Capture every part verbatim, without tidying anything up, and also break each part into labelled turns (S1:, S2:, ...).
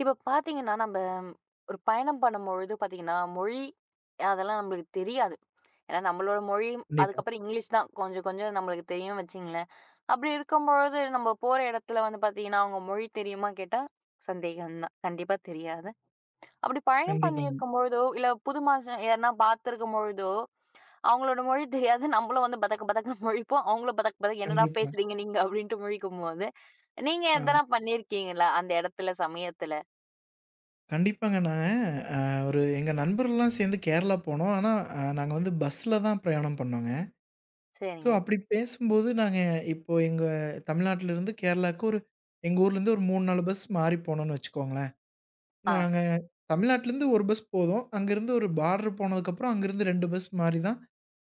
S1: இப்ப பாத்தீங்கன்னா, நம்ம ஒரு பயணம் பண்ணும்பொழுது பாத்தீங்கன்னா, மொழி அதெல்லாம் நம்மளுக்கு தெரியாது. ஏன்னா நம்மளோட மொழியும்
S2: கண்டிப்பா,
S1: அதுக்கப்புறம் இங்கிலீஷ் தான் கொஞ்சம் கொஞ்சம் நம்மளுக்கு தெரியும் வச்சுங்களேன். அப்படி இருக்கும்பொழுது நம்ம போற இடத்துல வந்து பாத்தீங்கன்னா, அவங்க மொழி தெரியுமா கேட்டா சந்தேகம் தான். கண்டிப்பா தெரியாது. அப்படி பயணம்
S2: கண்டிப்பாங்க,
S1: பண்ணியிருக்கும் பொழுதோ, இல்ல புது மனுஷன் யாருன்னா பார்த்திருக்கும் பொழுதோ, அவங்களோட மொழி தெரியாது. நம்மளும் வந்து பதக்க பதக்கன்னு முழிப்போம். அவங்களும் பதக்க பதக்க "என்னடா
S2: கண்டிப்பா.
S1: பேசுறீங்க நீங்க" அப்படின்ட்டு முழிக்கும்போது, நீங்க
S2: ஆ
S1: எதனா பண்ணியிருக்கீங்களா அந்த இடத்துல சமயத்துல?
S2: கண்டிப்பாங்க. நாங்க அ ஒரு எங்க நண்பர்கள்லாம் சேர்ந்து கேரளா போனோம். ஆனா, அ நாங்க வந்து பஸ்ல தான் பிரயாணம் பண்ணோங்க. ஸோ,
S1: சரிங்க.
S2: அப்படி பேசும்போது நாங்க இப்போ எங்க தமிழ்நாட்டிலருந்து கேரளாவுக்கு ஒரு எங்க ஊர்லேருந்து ஒரு மூணு, நாலு பஸ் மாறி போனோம்னு வச்சுக்கோங்களேன்.
S1: ஆ.
S2: நாங்க தமிழ்நாட்டிலருந்து ஒரு பஸ் போதும். அங்கேருந்து ஒரு பார்டர் போனதுக்கப்புறம் அங்கேருந்து ரெண்டு பஸ் மாறி தான்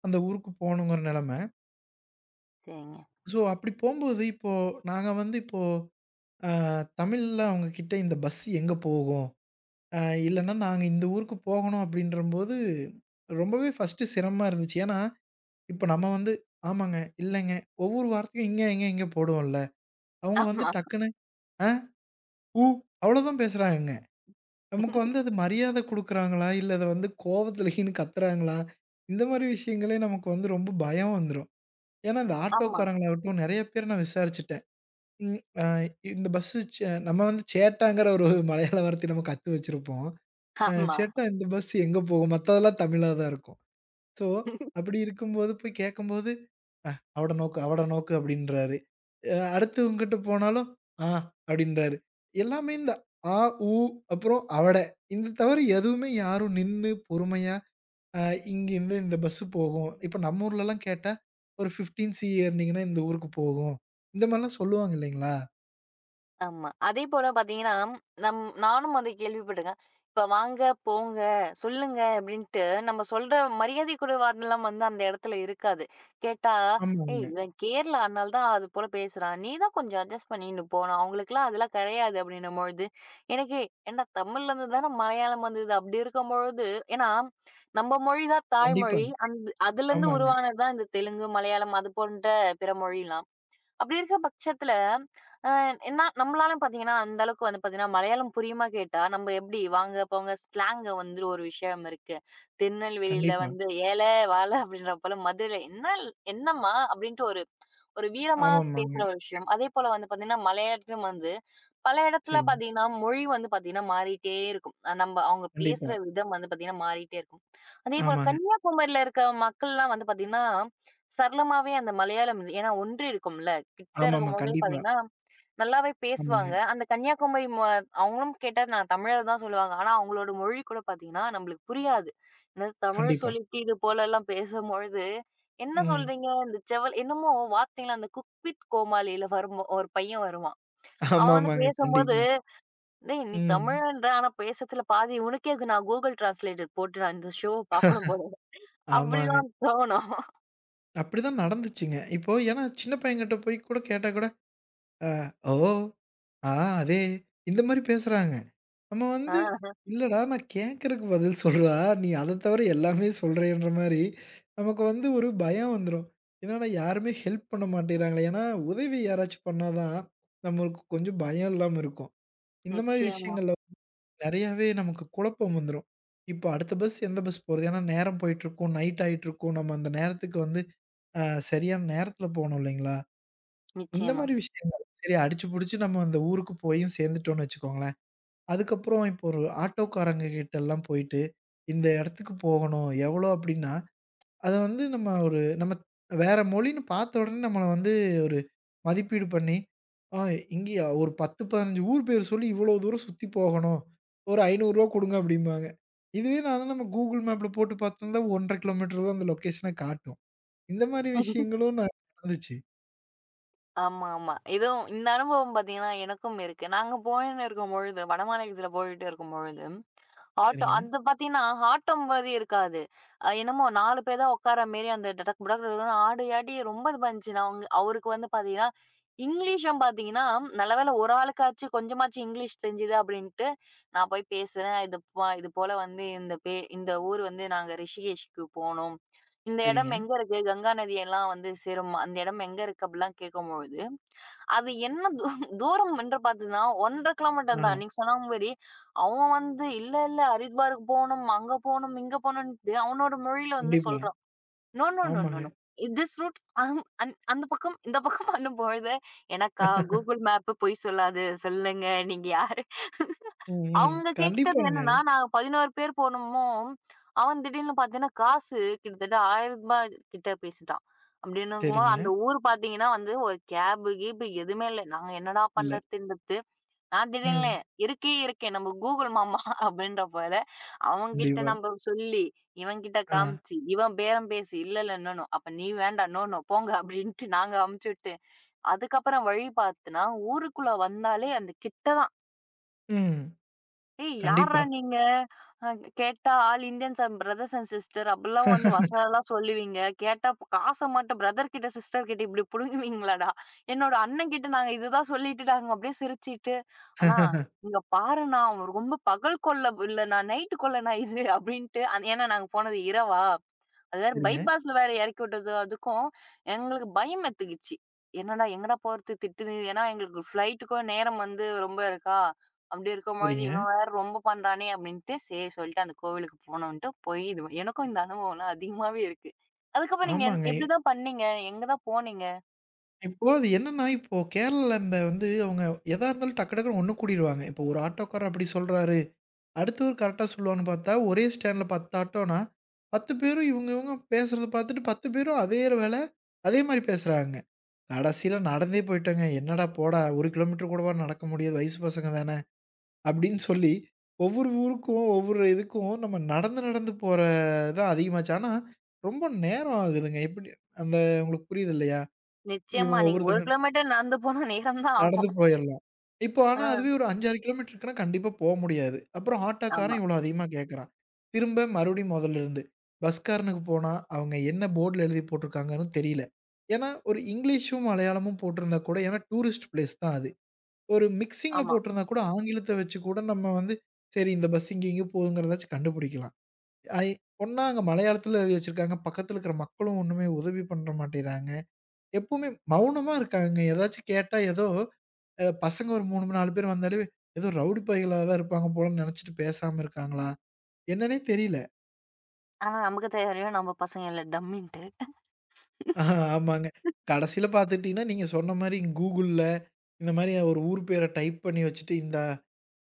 S2: அந்த ஊருக்கு போகணுங்கிற நிலைமை.
S1: சரிங்க.
S2: ஸோ, அப்படி போம்போது இப்போ நாங்க வந்து இப்போ அ தமிழ்ல அவங்க கிட்ட இந்த பஸ் எங்க போகும்? அ இல்லன்னா, நாங்க இந்த ஊருக்கு போகணும் அப்படின்றம்போது, ரொம்பவே ஃபர்ஸ்ட்டு சிரமமா இருந்துச்சு. ஏன்னா, இப்ப நம்ம வந்து ஆமாங்க, இல்லங்க, ஒவ்வொரு வார்த்தையும் இங்க, எங்க, எங்க போடுவோம்ல. அவங்க வந்து
S1: ஆமா,
S2: டக்குனு, ஆ, ஊ அவ்வளோதான் பேசுறாங்கங்க. நமக்கு வந்து அது மரியாதை குடுக்குறாங்களா? இல்ல அத வந்து கோவத்துலன்னு கத்துறாங்களா? இந்த மாரி விஷயங்களே நமக்கு வந்து ரொம்ப பயம் வந்துரும். ஏன்னா, இந்த
S1: ஆமா,
S2: ஆட்டோக்காரங்களாகட்டும், நெறைய பேர் நான் விசாரிச்சுட்டேன். ம், அ இந்த பஸ்ஸு ச நம்ம வந்து சேட்டாங்கிற ஒரு மலையாள வார்த்தைய நம்ம கத்து வச்சிருப்போம். அ
S1: ஆமா,
S2: சேட்டா இந்த பஸ் எங்க போகும்? மத்ததெல்லாம் தமிழா தான் இருக்கும். ஸோ, அப்படி இருக்கும்போது போய் கேட்கும்போது, "அவட நோக்கு, அவட நோக்கு" அப்படின்றாரு. அ அடுத்து உங்கிட்ட போனாலும், "ஆ" அப்படின்றாரு. எல்லாமே இந்த ஆ, ஊ அப்புறம் அவட. இந்த தவிர எதுவுமே யாரும் நின்னு பொறுமையா, அ இங்கேருந்து இந்த பஸ் போகும். இப்ப நம்ம ஊர்லலாம் கேட்டா, ஒரு பதினைஞ்சு சி ஏறுனீங்கன்னா இந்த ஊருக்கு போகும். இந்த மாரிலாம் சொல்லுவாங்க இல்லைங்களா?
S1: ஆமா. அதேபோல பார்த்தீங்கன்னா, நம் நானும் அதை கேள்விப்பட்டுருக்கேன். இப்ப வாங்க, போங்க, சொல்லுங்க அப்படின்ட்டு நம்ம சொல்ற மரியாதை கூட அதெல்லாம் வந்து அந்த இடத்துல இருக்காது. கேட்டா, "ஏய்
S2: ஆமாங்க.
S1: இவன் கேரளா அதனால தான் அது போல பேசுறான். நீ தான் கொஞ்சம் அட்ஜஸ்ட் பண்ணின்னு போணும். அவங்களுக்கெல்லாம் அதெல்லாம் கிடையாது" அப்படின்னும்பொழுது, எனக்கு ஏன்டா தமிழ்ல இருந்து தானே மலையாளம் வந்தது. அப்படி இருக்கும்பொழுது ஏன்னா நம்ம மொழி தான்
S2: கண்டிப்பா.
S1: தாய்மொழி. அந்த அதுலேருந்து
S2: ஆமாங்க.
S1: உருவானது தான் இந்த தெலுங்கு, மலையாளம் அது போன்ற பிற மொழிலாம். அப்படி இருக்க பட்சத்துல, அ என்ன நம்மளால பார்த்தீங்கன்னா, அந்த அளவுக்கு வந்து பார்த்தீங்கன்னா, மலையாளம் புரியுமா கேட்டா, நம்ம எப்படி வாங்க, போங்க ஸ்லாங் வந்து ஒரு விஷயம் இருக்கு. திருநெல்வேலியில
S2: கண்டிப்பா.
S1: வந்து "ஏல, வால" அப்படின்ற போல, மதுரையில "என்னல் என்னம்மா?" அப்படின்ட்டு ஒரு ஒரு வீரமா
S2: ஆமாமாங்க.
S1: பேசுற ஒரு விஷயம். அதேபோல வந்து பார்த்தீங்கன்னா, மலையாளத்திலும் வந்து பல இடத்துல
S2: சரிங்க.
S1: பார்த்தீங்கன்னா, மொழி வந்து பார்த்தீங்கன்னா மாறிட்டே இருக்கும். நம்ப அவங்க பேசுற
S2: கண்டிப்பா.
S1: விதம் வந்து பார்த்தீங்கன்னா மாறிட்டே இருக்கும். அதேபோல
S2: ஆமாங்க.
S1: கன்னியாகுமரியில இருக்க மக்கள்லாம் வந்து பார்த்தீங்கன்னா, சரளமாவே அந்த மலையாளம் இது- ஏன்னா ஒன்றி இருக்கும்ல. கிட்ட
S2: ஆமாமா.
S1: இருக்கும்போது
S2: கண்டிப்பா.
S1: பார்த்தீங்கன்னா, நல்லாவே
S2: ஆமாங்க.
S1: பேசுவாங்க. அந்த கன்னியாகுமரி மொ அவங்களும் கேட்டா நான் தமிழர் தான் சொல்லுவாங்க. ஆனா அவங்களோட மொழி கூட பார்த்தீங்கன்னா, நம்மளுக்கு புரியாது. என்னது தமிழ்
S2: கண்டிப்பா.
S1: சொல்லிட்டு இது போலலாம் பேசும்பொழுது, என்ன
S2: ம்.
S1: சொல்றீங்க? இந்த செவல் என்னமோ வார்த்தைலாம் அந்த குக்வித் கோமாளியில வரும் ஒரு பையன் வருவான். அவன் வந்து
S2: ஆமாமாங்க.
S1: பேசும்போது,
S2: கண்டிப்பா.
S1: "டேய் நீ
S2: ம்.
S1: தமிழன்றா, ஆனா பேசுறதுல பாதி உனக்கே இருக்கு, நான் Google Translator போட்டு நான் இந்த ஷோவ பார்க்கணும் போல."
S2: ஆமாங்க.
S1: அப்படிலாம் தோணும்.
S2: அப்படிதான் நடந்துச்சுங்க. இப்போ ஏன்னா சின்ன பையன்கிட்ட போய் கூட கேட்டா கூட, "ஓ! ஆ அதே" இந்த மாரி பேசுறாங்க. நம்ம வந்து,
S1: ஆ
S2: "இல்லடா நான் கேட்கறக்கு பதில் சொல்றா, நீ அத தவிர எல்லாமே சொல்றேன்ற" மாரி நமக்கு வந்து ஒரு பயம் வந்துரும். என்னடா யாருமே ஹெல்ப் பண்ண மாட்டேங்கிறாங்களே! ஏன்னா உதவி யாராச்சும் பண்ணா தான் நம்மளுக்கு கொஞ்சம் பயம் இல்லாம இருக்கும். இந்த மாரி
S1: நிச்சயமா,
S2: விஷயங்கள்ல நெறையாவே நமக்கு குழப்பம் வந்துரும். இப்போ அடுத்த பஸ் எந்த பஸ் போறது? ஏன்னா நேரம் போயிட்டுருக்கும், நைட் ஆயிட்டுருக்கும். நம்ம அந்த நேரத்துக்கு வந்து அ சரியான நேரத்தில போணும் இல்லைங்களா? இந்த
S1: நிச்சயமா.
S2: மாரி விஷயங்கள். சரி அடிச்சு புடிச்சு நம்ம அந்த ஊருக்கு போயும் சேர்ந்துட்டோம்னு வச்சுக்கோங்களேன். அதுக்கப்புறம் இப்போ ஒரு ஆட்டோக்காரங்க கிட்டலாம் போயிட்டு, இந்த இடத்துக்கு போகணும். எவ்வளோ அப்படின்னா அத வந்து நம்ம ஒரு நம்ம வேற மொழின்னு பார்த்த உடனே நம்மள வந்து ஒரு மதிப்பீடு பண்ணி, ஆ இங்கேயா ஒரு பத்து, பதினைஞ்சு ஊர் பேர் சொல்லி இவ்வளோ தூரம் சுத்தி போகணும். ஒரு ரூ. ஐநூறு குடுங்க அப்டிம்பாங்க. இதுவே நான் நம்ம Google மேப்ல போட்டு பார்த்தோம்னா ஒன்று அரை கிலோமீட்டர் தான் அந்த லொகேஷன காட்டும். இந்த மாரி விஷயங்களும் ந நடந்துச்சு.
S1: ஆமா, ஆமா. இதுவும் இந்த அனுபவம் பார்த்தீங்கன்னா, எனக்கும் இருக்கு. நாங்க போயின்னு இருக்கும்பொழுது, வடமாநிலத்தில போயிட்டு இருக்கும்பொழுது ஆட்டோ
S2: சரிங்க,
S1: அது பார்த்தீங்கன்னா, ஆட்டோ மாரி இருக்காது. அ என்னமோ நாலு பேர் தான் உட்கார மேரி அந்த டடக் புடக் டடக்ன்னு ஆடியாடி ரொம்ப இது பண்ணுச்சு. நான் அவங்க அவருக்கு வந்து பார்த்தீங்கன்னா, இங்கிலீஷும் பார்த்தீங்கன்னா, நல்ல வேளை ஒரு ஆளுக்காச்சும் கொஞ்சமாச்சும் இங்கிலீஷ் தெரிஞ்சுது அப்படின்ட்டு, நான் போய் பேசுறேன். இது ப இது போல வந்து இந்த பே இந்த ஊர் வந்து நாங்க ரிஷிகேஷ்க்கு போனோம். இந்த
S2: சரிங்க.
S1: இடம் எங்க இருக்கு? கங்கா நதியெல்லாம் வந்து சேரும். அந்த இடம் எங்க இருக்கு? அப்படிலாம் கேட்கும்பொழுது, அது என்ன தூ தூரம் என்று பார்த்தீங்கன்னா, ஒன்றரை 1/2 கிலோமீட்டர் தான்.
S2: ஆ
S1: நீங்க சொன்ன மாரி, அவன் வந்து இல்ல, இல்ல ஹரித்வாருக்கு போணும், அங்க போணும், இங்க போணுன்ட்டு அவனோட மொழியில வந்து
S2: கண்டிப்பா.
S1: சொல்றான். நோ, நோ, நோ, நோ,
S2: ஆமாங்க.
S1: நோ. திஸ் ரூட் அம் அந் அந்த பக்கம், இந்த பக்கம் அனும்பொழுது, எனக்கா Google மேப் பொய் சொல்லாது. சொல்லுங்க நீங்க யாரு?
S2: ம், ம்.
S1: அவங்க கேட்டது
S2: கண்டிப்பாங்க.
S1: என்னன்னா, நாங்க பதினொரு பேர் போனோமோ, அவன் திடீர்னு பார்த்தீங்கன்னா, காசு கிட்டத்தட்ட ரூ. ஆயிரம் கிட்ட பேசிட்டான். அப்படின்னும்போது
S2: சரிங்க.
S1: அந்த ஊர் பார்த்தீங்கன்னா வந்து ஒரு கேபு, கீபு எதுவுமே இல்ல. நாங்க என்னடா
S2: இல்ல.
S1: பண்றதுன்றது, நான் திடீர்னு
S2: ம்.
S1: இருக்கே இருக்கேன். நம்ம கூகுள் மாமா அப்படின்ற போல அவன்கிட்ட
S2: கண்டிப்பா.
S1: நம்ம சொல்லி, இவன்கிட்ட
S2: ஆ.
S1: காமிச்சு, இவன் பேரம் பேசி, இல்ல இல்ல நோ நோ அப்ப நீ வேண்டாம், நோ நோ போங்க அப்படின்ட்டு நாங்க அமுச்சு விட்டு, அதுக்கப்புறம் வழி பார்த்தனா ஊருக்குள்ள வந்தாலே அந்த கிட்ட தான்
S2: ம்.
S1: ஏய்! யார்றா
S2: கண்டிப்பா.
S1: நீங்க? அ கேட்டா all Indians are brothers and sister அப்படிலாம் வந்து வசனம்லாம் சொல்லுவீங்க. கேட்டா காச மட்டும் பிரதர் கிட்ட, சிஸ்டர் கிட்ட இப்படி புடுங்குவீங்களாடா? என்னோட அண்ணன் கிட்ட நாங்க இதுதான் சொல்லிட்டு நாங்க அப்படியே சிரிச்சுட்டு, "அண்ணா இங்க பாருண்ணா, அவன் ரொம்ப பகல் கொள்ள இல்ல நான் நைட்டு கொள்ளண்ணா இது" அப்படின்ட்டு. அந்த- ஏன்னா நாங்க போனது இரவா. அது வேற
S2: சரிங்க,
S1: பைபாஸ்ல வேற இறக்கி விட்டது அதுக்கும் எங்களுக்கு பயம் எத்துக்குச்சு. என்னடா எங்கடா போறது திட்டுது. ஏன்னா எங்களுக்கு ஃப்ளைட்டுக்கும் நேரம் வந்து ரொம்ப இருக்கா. அப்படி இருக்கும்போது
S2: சரிங்க.
S1: இவன் வேற ரொம்ப பண்றானே அப்படின்ட்டு சரி சொல்லிட்டு அந்த கோவிலுக்கு போனோன்ட்டு போய் இது எனக்கும் இந்த அனுபவம்லாம் அதிகமாவே இருக்கு. அதுக்கப்புறம் நீங்க என்
S2: ஆமாங்க.
S1: எப்படிதான் பண்ணீங்க? எங்க தான் போனீங்க?
S2: இப்போ அது என்னன்னா, இப்போ கேரளால இந்த வந்து அவங்க எதா இருந்தாலும் டக்கு டக்குன்னு ஒண்ணு கூடிருவாங்க. இப்போ ஒரு ஆட்டோக்காரர் அப்படி சொல்றாரு, அடுத்தவர் கரெக்ட்டா சொல்லுவான்னு பார்த்தா, ஒரே ஸ்டாண்ட்ல பத்து ஆட்டோன்னா, பத்து பேரும் இவங்க இவங்க பேசுறத பார்த்துட்டு பத்து பேரும் அதே வேல, அதே மாரி பேசுறாங்க. கடைசியில நடந்தே போய்ட்டோங்க. "என்னடா போடா ஒரு கிலோமீட்டர் கூடவா நடக்க முடியாது? வயசு பசங்க தான" அப்படின்னு சொல்லி ஒவ்வொரு ஊருக்கும், ஒவ்வொரு இதுக்கும் நம்ம நடந்து நடந்து போற தான் அதிகமாச்சு. ஆனா, ரொம்ப நேரம் ஆகுதுங்க. எப்படி அந்த உங்களுக்கு புரியுது இல்லையா?
S1: நிச்சயமா
S2: இவங்க
S1: நீங்க ஒரு
S2: ஒவ்வொருத்தங்க
S1: கிலோமீட்டர் நடந்து போனா நேரம் தான்
S2: நடந்து
S1: ஆகும்.
S2: போயிரலாம். இப்போ ஆனா
S1: ஆ
S2: அதுவே ஒரு அஞ்சு, ஆறு கிலோமீட்டருக்குன்னா கண்டிப்பா போ முடியாது. அப்புறம்
S1: ஆமா,
S2: ஆட்டோக்காரன் இவ்வளோ அதிகமா கேட்கறான். திரும்ப மறுபடியும் மொதல்ல இருந்து. பஸ்காரனுக்கு போனா அவங்க என்ன போர்ட்ல எழுதி போட்டிருக்காங்கன்னு தெரியல. ஏன்னா ஒரு இங்கிலீஷும், மலையாளமும் போட்டிருந்தா கூட ஏன்னா டூரிஸ்ட் பிளேஸ் தான் அது. ஒரு மிக்ஸிங்ல
S1: ஆமா.
S2: போட்டிருந்தா கூட ஆங்கிலத்த வச்சு கூட நம்ம வந்து சரி இந்த பஸ் இங்க இங்க போகுதுங்கிறதாச்சும் கண்டுபிடிக்கலாம். ஐ ஒண்ணா அங்க மலையாளத்துல எழுதி வச்சிருக்காங்க. பக்கத்துல இருக்கிற மக்களும் ஒண்ணுமே உதவி பண்ற மாட்டேங்கிறாங்க. எப்பவுமே மௌனமா இருக்காங்க. ஏதாச்சும் கேட்டா ஏதோ அ பசங்க ஒரு மூணு, நாலு பேர் வந்தாலே, ஏதோ ரவுடி பயலுகளா தான் இருப்பாங்க போலன்னு நெனச்சுட்டு பேசாம இருக்காங்களா? என்னன்னே தெரியல.
S1: ஆனா நமக்கு தெரியும் நம்ம பசங்க இல்ல டம்மின்ட்டு.
S2: ஆஹா, ஆமாங்க. கடைசில பார்த்துட்டீங்கன்னா, நீங்க சொன்ன மாரி Googleல இந்த மாரி ஒரு ஊர் பேர டைப் பண்ணி வச்சுட்டு, இந்தா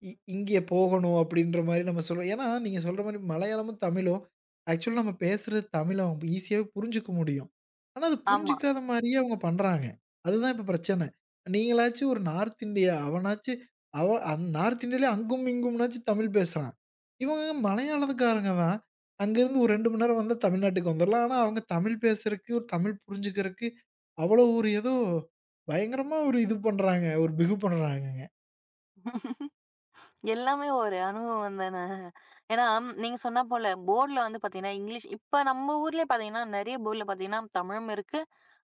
S2: இ இங்கே போகணும் அப்படின்ற மாரி நம்ம சொல்றோம். ஏன்னா, நீங்க சொல்ற மாரி மலையாளமும், தமிழும் ஆக்சுவலா நம்ம பேசுறது தமிழ் அவங்க ஈஸியாவே புரிஞ்சுக்க முடியும். ஆனா, அது
S1: ஆமா.
S2: புரிஞ்சுக்காத மாரியே அவங்க பண்றாங்க. அதுதான் இப்ப பிரச்சனை. நீங்களாச்சும் ஒரு நார்த் இந்தியா, அவனாச்சு அவன் அந் நார்த் இந்தியாலயே அங்கும் இங்கும்னாச்சும் தமிழ் பேசுறான். இவங்க மலையாளத்துக்காரங்க தான். அங்கேருந்து ஒரு ரெண்டு மணி நேரம் வந்தா தமிழ்நாட்டுக்கு வந்துரலாம். ஆனா, அவங்க தமிழ் பேசுறக்கு, ஒரு தமிழ் புரிஞ்சுக்கிறக்கு அவ்வளோ ஒரு ஏதோ பயங்கரமா ஒரு இது பண்றாங்க. ஒரு பிகு பண்றாங்கங்க.
S1: எல்லாமே ஒரு அனுபவம் தானே. ஏன்னா, நீங்க சொன்னா போல போர்ட்ல வந்து பார்த்தீங்கன்னா, இங்கிலீஷ் இப்ப நம்ம ஊர்லயே பார்த்தீங்கன்னா, நெறைய போர்ட்ல பார்த்தீங்கன்னா, தமிழும் இருக்கு.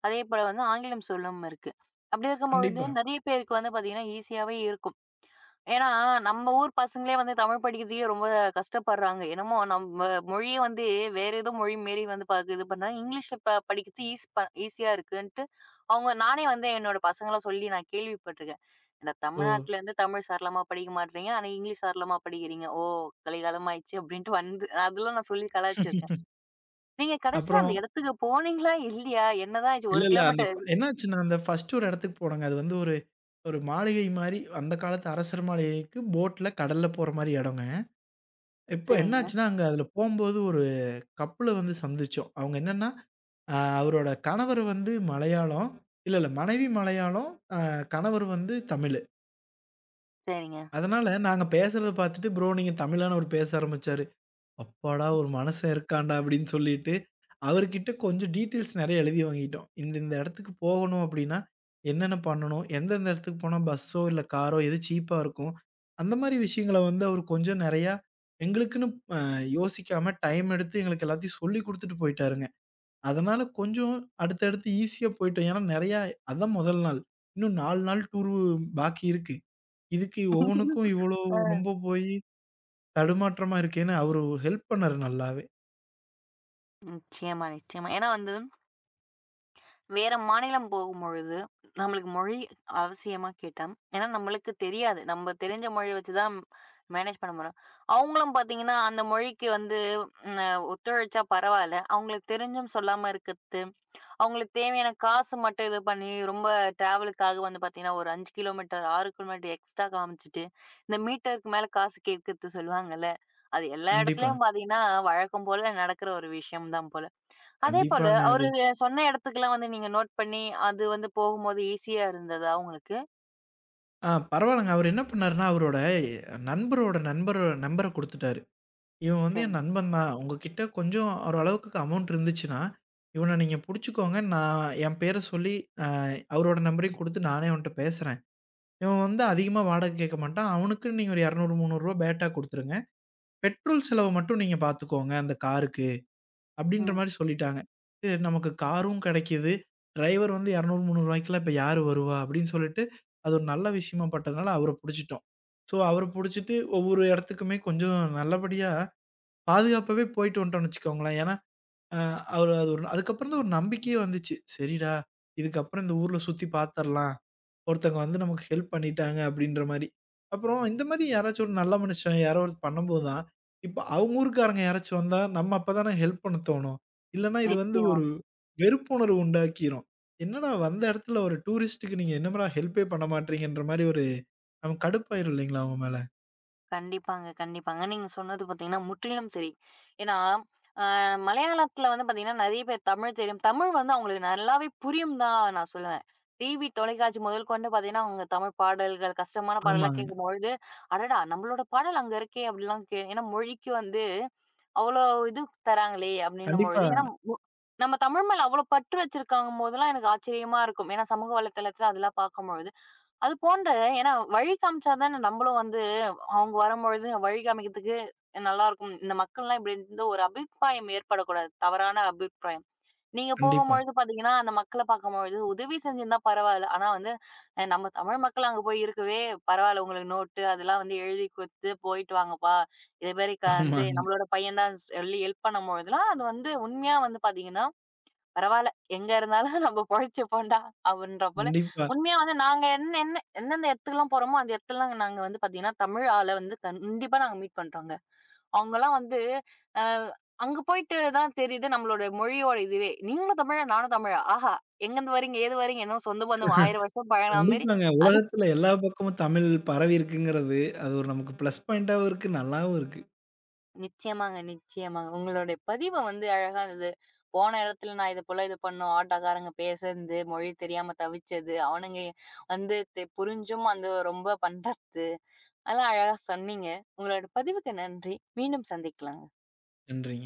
S1: அதே போல வந்து ஆங்கிலம் சொல்லும் இருக்கு. அப்படி இருக்கும்பொழுது
S2: கண்டிப்பா.
S1: நெறைய பேருக்கு வந்து பார்த்தீங்கன்னா, ஈஸியாவே இருக்கும். ஏன்னா, நம்ம ஊர் பசங்களே வந்து தமிழ் படிக்கிறதுக்கே ரொம்ப கஷ்டப்படுறாங்க. என்னமோ நம்ம மொழிய வந்து வேற ஏதோ மொழி மாரி வந்து பா இது பண்ணா இங்கிலீஷ்ல ப படிக்கிறது ஈஸ் ப ஈஸியா இருக்குன்ட்டு, அவங்க நானே வந்து என்னோட பசங்கலாம் சொல்லி நான் கேள்விப்பட்டுருக்கேன். "என்ன
S2: ஓ!
S1: தமிழ்நாட்டுலேருந்து தமிழ் சரளமா படிக்க மாட்றீங்க. ஆனா இங்கிலீஷ் சரளமா படிக்கிறீங்க. ஓ! கலிகாலம் ஆயிடுச்சு" அப்படின்ட்டு வந்து அதெல்லாம் நான் சொல்லி கலாய்ச்சிருக்கேன். நீங்க கடைசியில
S2: அப்புறம்
S1: அந்த இடத்துக்கு போனீங்களா? இல்லையா? என்னதான் ஆச்சு?
S2: இல்ல,
S1: ஒரு
S2: இல்ல. அந்த
S1: கிலோமீட்டர்
S2: என்னாச்சுன்னா, அந்த ஃபர்ஸ்ட் ஒரு இடத்துக்கு போனோங்க. அது வந்து ஒரு ஒரு மாளிகை மாரி, அந்த காலத்து அரசர் மாளிகைக்கு போட்ல கடல்ல போற மாரி இடங்க. இப்போ
S1: சரிங்க,
S2: என்னாச்சுன்னா, அங்க அதில போம்போது ஒரு கப்புல வந்து சந்திச்சோம். அவங்க என்னன்னா, அ அவரோட கணவர் வந்து மலையாளம். இல்ல, இல்ல. மனைவி மலையாளம். அ கணவர் வந்து தமிழ்.
S1: சரிங்க.
S2: அதனால நாங்க பேசுறத பார்த்துட்டு, "ப்ரோ நீங்க தமிழான்னு" அவரு பேச ஆரம்பிச்சாரு. "அப்பாடா! ஒரு மனுஷன் இருக்கான்டா" அப்படின்னு சொல்லிட்டு, அவர்கிட்ட கொஞ்சம் டீட்டெயில்ஸ் நெறைய எழுதி வாங்கிட்டோம். இந்த இந்த இடத்துக்கு போகணும் அப்படின்னா, என்னென்ன பண்ணணும்? எந்தெந்த இடத்துக்கு போனா பஸ்ஸோ, இல்ல காரோ எது சீப்பா இருக்கும்? அந்த மாரி விஷயங்கள வந்து அவரு கொஞ்சம் நெறையா எங்களுக்குன்னு அ யோசிக்காம டைம் எடுத்து எங்களுக்கு எல்லாத்தையும் சொல்லிக் குடுத்துட்டு போயிட்டாருங்க. அதனால கொஞ்சம் அடுத்தடுத்து ஈஸியா போயிட்டோம். ஏன்னா நெறையா அதான் முதல் நாள். இன்னும் நாலு நாள் டூர் பாக்கி இருக்கு. இதுக்கு ஒவ்வொன்னுக்கும் இவ்வளோ
S1: ஆ.
S2: ரொம்ப போயி தடுமாற்றமா இருக்கேன்னு அவரு ஹெல்ப் பண்ணாரு நல்லாவே.
S1: நிச்சயமா, நிச்சயமா. ஏன்னா வந்து வேற மாநிலம் போகும்பொழுது, நம்மளுக்கு மொழி அவசியமா கேட்டா, ஏன்னா நம்மளுக்கு தெரியாது. நம்ம தெரிஞ்ச மொழிய வச்சு தான் மேனேஜ் பண்ண முடியும். அவங்களும் பார்த்தீங்கன்னா, அந்த மொழிக்கு வந்து அ ஒத்துழைச்சா பரவால்ல. அவங்களுக்கு தெரிஞ்சும் சொல்லாம இருக்கிறது, அவங்களுக்கு தேவையான காசு மட்டும் இது பண்ணி, ரொம்ப டிராவலுக்காக வந்து பார்த்தீங்கன்னா, ஒரு அஞ்சு கிலோமீட்டர், ஆறு கிலோமீட்டர் எக்ஸ்ட்ரா காமிச்சுட்டு, இந்த மீட்டருக்கு மேல காசு கேட்கிறது சொல்லுவாங்கல்ல. அது எல்லா
S2: கண்டிப்பா.
S1: இடத்துலயும் பார்த்தீங்கன்னா, வழக்கம் போல நடக்கிற ஒரு விஷயம் தான் போல. அதே போல,
S2: கண்டிப்பாங்க அது.
S1: அவரு சொன்ன இடத்துக்குலாம் வந்து நீங்க நோட் பண்ணி, அது வந்து போகும்போது ஈஸியா இருந்ததா உங்களுக்கு?
S2: ஆ பரவால்லங்க. அவரு என்ன பண்ணாருன்னா, அவரோட நண்பரோட நண்பர் நம்பர குடுத்துட்டாரு. இவன் வந்து என்
S1: சரிங்க.
S2: நண்பன் தான். உங்ககிட்ட கொஞ்சம் ஓரளவுக்கு அமௌண்ட் இருந்துச்சுன்னா, இவன நீங்க புடிச்சுக்கோங்க. நான் என் பேர சொல்லி அ அவரோட நம்பரையும் குடுத்து நானே அவன்ட்ட பேசுறேன். இவன் வந்து அதிகமா வாடகை கேட்க மாட்டான். அவனுக்குன்னு நீங்க ஒரு இருநூறு, முந்நூறு பேட்டா குடுத்துருங்க. பெட்ரோல் செலவ மட்டும் நீங்க பார்த்துக்கோங்க அந்த காருக்கு. அப்படின்ற
S1: ம்.
S2: மாரி சொல்லிட்டாங்க. சரி நமக்கு காரும் கிடைக்குது. டிரைவர் வந்து இருநூறு, முந்நூறு இப்ப யாரு வருவா? அப்படின்னு சொல்லிட்டு, அது ஒரு நல்ல விஷயமா பட்டதுனால அவர புடிச்சுட்டோம். ஸோ அவர புடிச்சுட்டு ஒவ்வொரு இடத்துக்குமே கொஞ்சம் நல்லபடியா பாதுகாப்பாவே போயிட்டு வந்துட்டோம்னு வச்சுக்கோங்களேன். ஏன்னா, அ அவரு அது ஒரு அதுக்கப்புறம் தான் ஒரு நம்பிக்கையே வந்துச்சு. சரிடா, இதுக்கப்புறம் இந்த ஊர்ல சுத்தி பார்த்துரலாம். ஒருத்தவங்க வந்து நமக்கு ஹெல்ப் பண்ணிட்டாங்க அப்படின்ற மாரி. அப்புறம் இந்த மாரி யாராச்சும் ஒரு நல்ல மனுஷன் யாரோ ஒருத்தர் பண்ணும்போது தான், இப்ப அவங்க ஊர்க்காரங்க யாராச்சும் வந்தா, நம்ம அப்பதானே ஹெல்ப் பண்ண தோணும். இல்லன்னா இது வந்து
S1: நிச்சயமா.
S2: ஒரு வெறுப்புணர்வு உண்டாக்கிரும். என்னடா வந்த இடத்துல ஒரு டூரிஸ்ட்டுக்கு நீங்க என்னடா ஹெல்ப்பே பண்ண மாட்றீங்கன்ற மாரி ஒரு நமக்கு கடுப்பாயிரும் இல்லைங்களா அவங்க மேல?
S1: கண்டிப்பாங்க, கண்டிப்பாங்க. நீங்க சொன்னது பார்த்தீங்கன்னா, முற்றிலும் சரி. ஏன்னா, அ மலையாளத்தில வந்து பார்த்தீங்கன்னா, நெறைய பேர் தமிழ் தெரியும். தமிழ் வந்து அவங்களுக்கு நல்லாவே புரியும் தான் நான் சொல்லுவேன். டிவி, தொலைக்காட்சி முதல் கொண்டு பார்த்தீங்கன்னா, அவங்க தமிழ் பாடல்கள், கஷ்டமான பாடல்லாம்
S2: ஆமாங்க.
S1: கேட்கும்பொழுது, "அடடா! நம்மளோட பாடல் அங்க இருக்கே!" அப்படிலாம் கே ஏன்னா மொழிக்கு வந்து அவ்வளோ இது தராங்களே
S2: கண்டிப்பா,
S1: அப்படின்னும்பொழுது ஏன்னா நம்ம தமிழ் மேல அவ்ளோ பற்று வச்சிருக்காங்கும் போதெல்லாம் எனக்கு ஆச்சரியமா இருக்கும். ஏன்னா, சமூக வலைதளத்துல அதெல்லாம் பார்க்கும்பொழுது. அது போன்ற ஏன்னா வழி காமிச்சா தானே நம்மளும் வந்து அவங்க வரும்பொழுது வழி காமிக்கிறதுக்கு நல்லாருக்கும். இந்த மக்கள்லாம் இப்படி இருந்து ஒரு அபிப்பிராயம் ஏற்படக்கூடாது. தவறான அபிப்பிராயம். நீங்க
S2: கண்டிப்பா.
S1: போகும்பொழுது பார்த்தீங்கன்னா, அந்த மக்கள பார்க்கும்பொழுது உதவி செஞ்சிருந்தா பரவால்ல. ஆனா வந்து அ நம்ம தமிழ் மக்கள் அங்க போய் இருக்கவே பரவால்ல உங்களுக்கு நோட்டு அதெல்லாம் வந்து எழுதி குடுத்து போயிட்டு வாங்கப்பா. இதேமாரி க வந்து
S2: ஆமாங்க.
S1: நம்மளோட பையன் தான் சொல்லி ஹெல்ப் பண்ணும்பொழுதெல்லாம் அது வந்து உண்மையா வந்து பார்த்தீங்கன்னா, பரவால்ல. எங்க இருந்தாலும் நம்ம பொழச்சுப்போம்டா! அப்படின்ற போல.
S2: கண்டிப்பா,
S1: உண்மையா வந்து நாங்க என்ன என்ன எந்தெந்த இடத்துக்குலாம் போறோமோ, அந்த இடத்துலலாம் நாங்க வந்து பார்த்தீங்கன்னா, தமிழ் ஆள வந்து கண்டிப்பா நாங்க மீட் பண்றோங்க. அவங்கலாம் வந்து அ அங்க போயிட்டு தான் தெரியுது நம்மளோட மொழியோட இதுவே. "நீங்களும் தமிழா? நானும் தமிழா? ஆஹா! எங்கருந்து வரீங்க? ஏது வரீங்க? என்ன சொந்த பந்தம் ஆயிரம் வருஷம் பழகுன மாரி."
S2: கண்டிப்பாங்க. உலகத்துல எல்லா பக்கமும் தமிழ் பரவி இருக்குங்கிறது, அது ஒரு நமக்கு ப்ளஸ் பாயிண்டாவும் இருக்கு, நல்லாவும் இருக்கு.
S1: நிச்சயமாங்க, நிச்சயமாங்க. உங்களுடைய பதிவு வந்து அழகா இருந்தது. போன இடத்துல நான் இது போல இது பண்ணோம். ஆட்டோக்காரங்க பேசுனது, மொழி தெரியாம தவிச்சது, அவனுங்க வந்து தெ புரிஞ்சும் வந்து ரொம்ப பண்றது. அதெல்லாம் அழகா சொன்னீங்க. உங்களோட பதிவுக்கு நன்றி. மீண்டும் சந்திக்கலாம்.
S2: நன்றிங்க.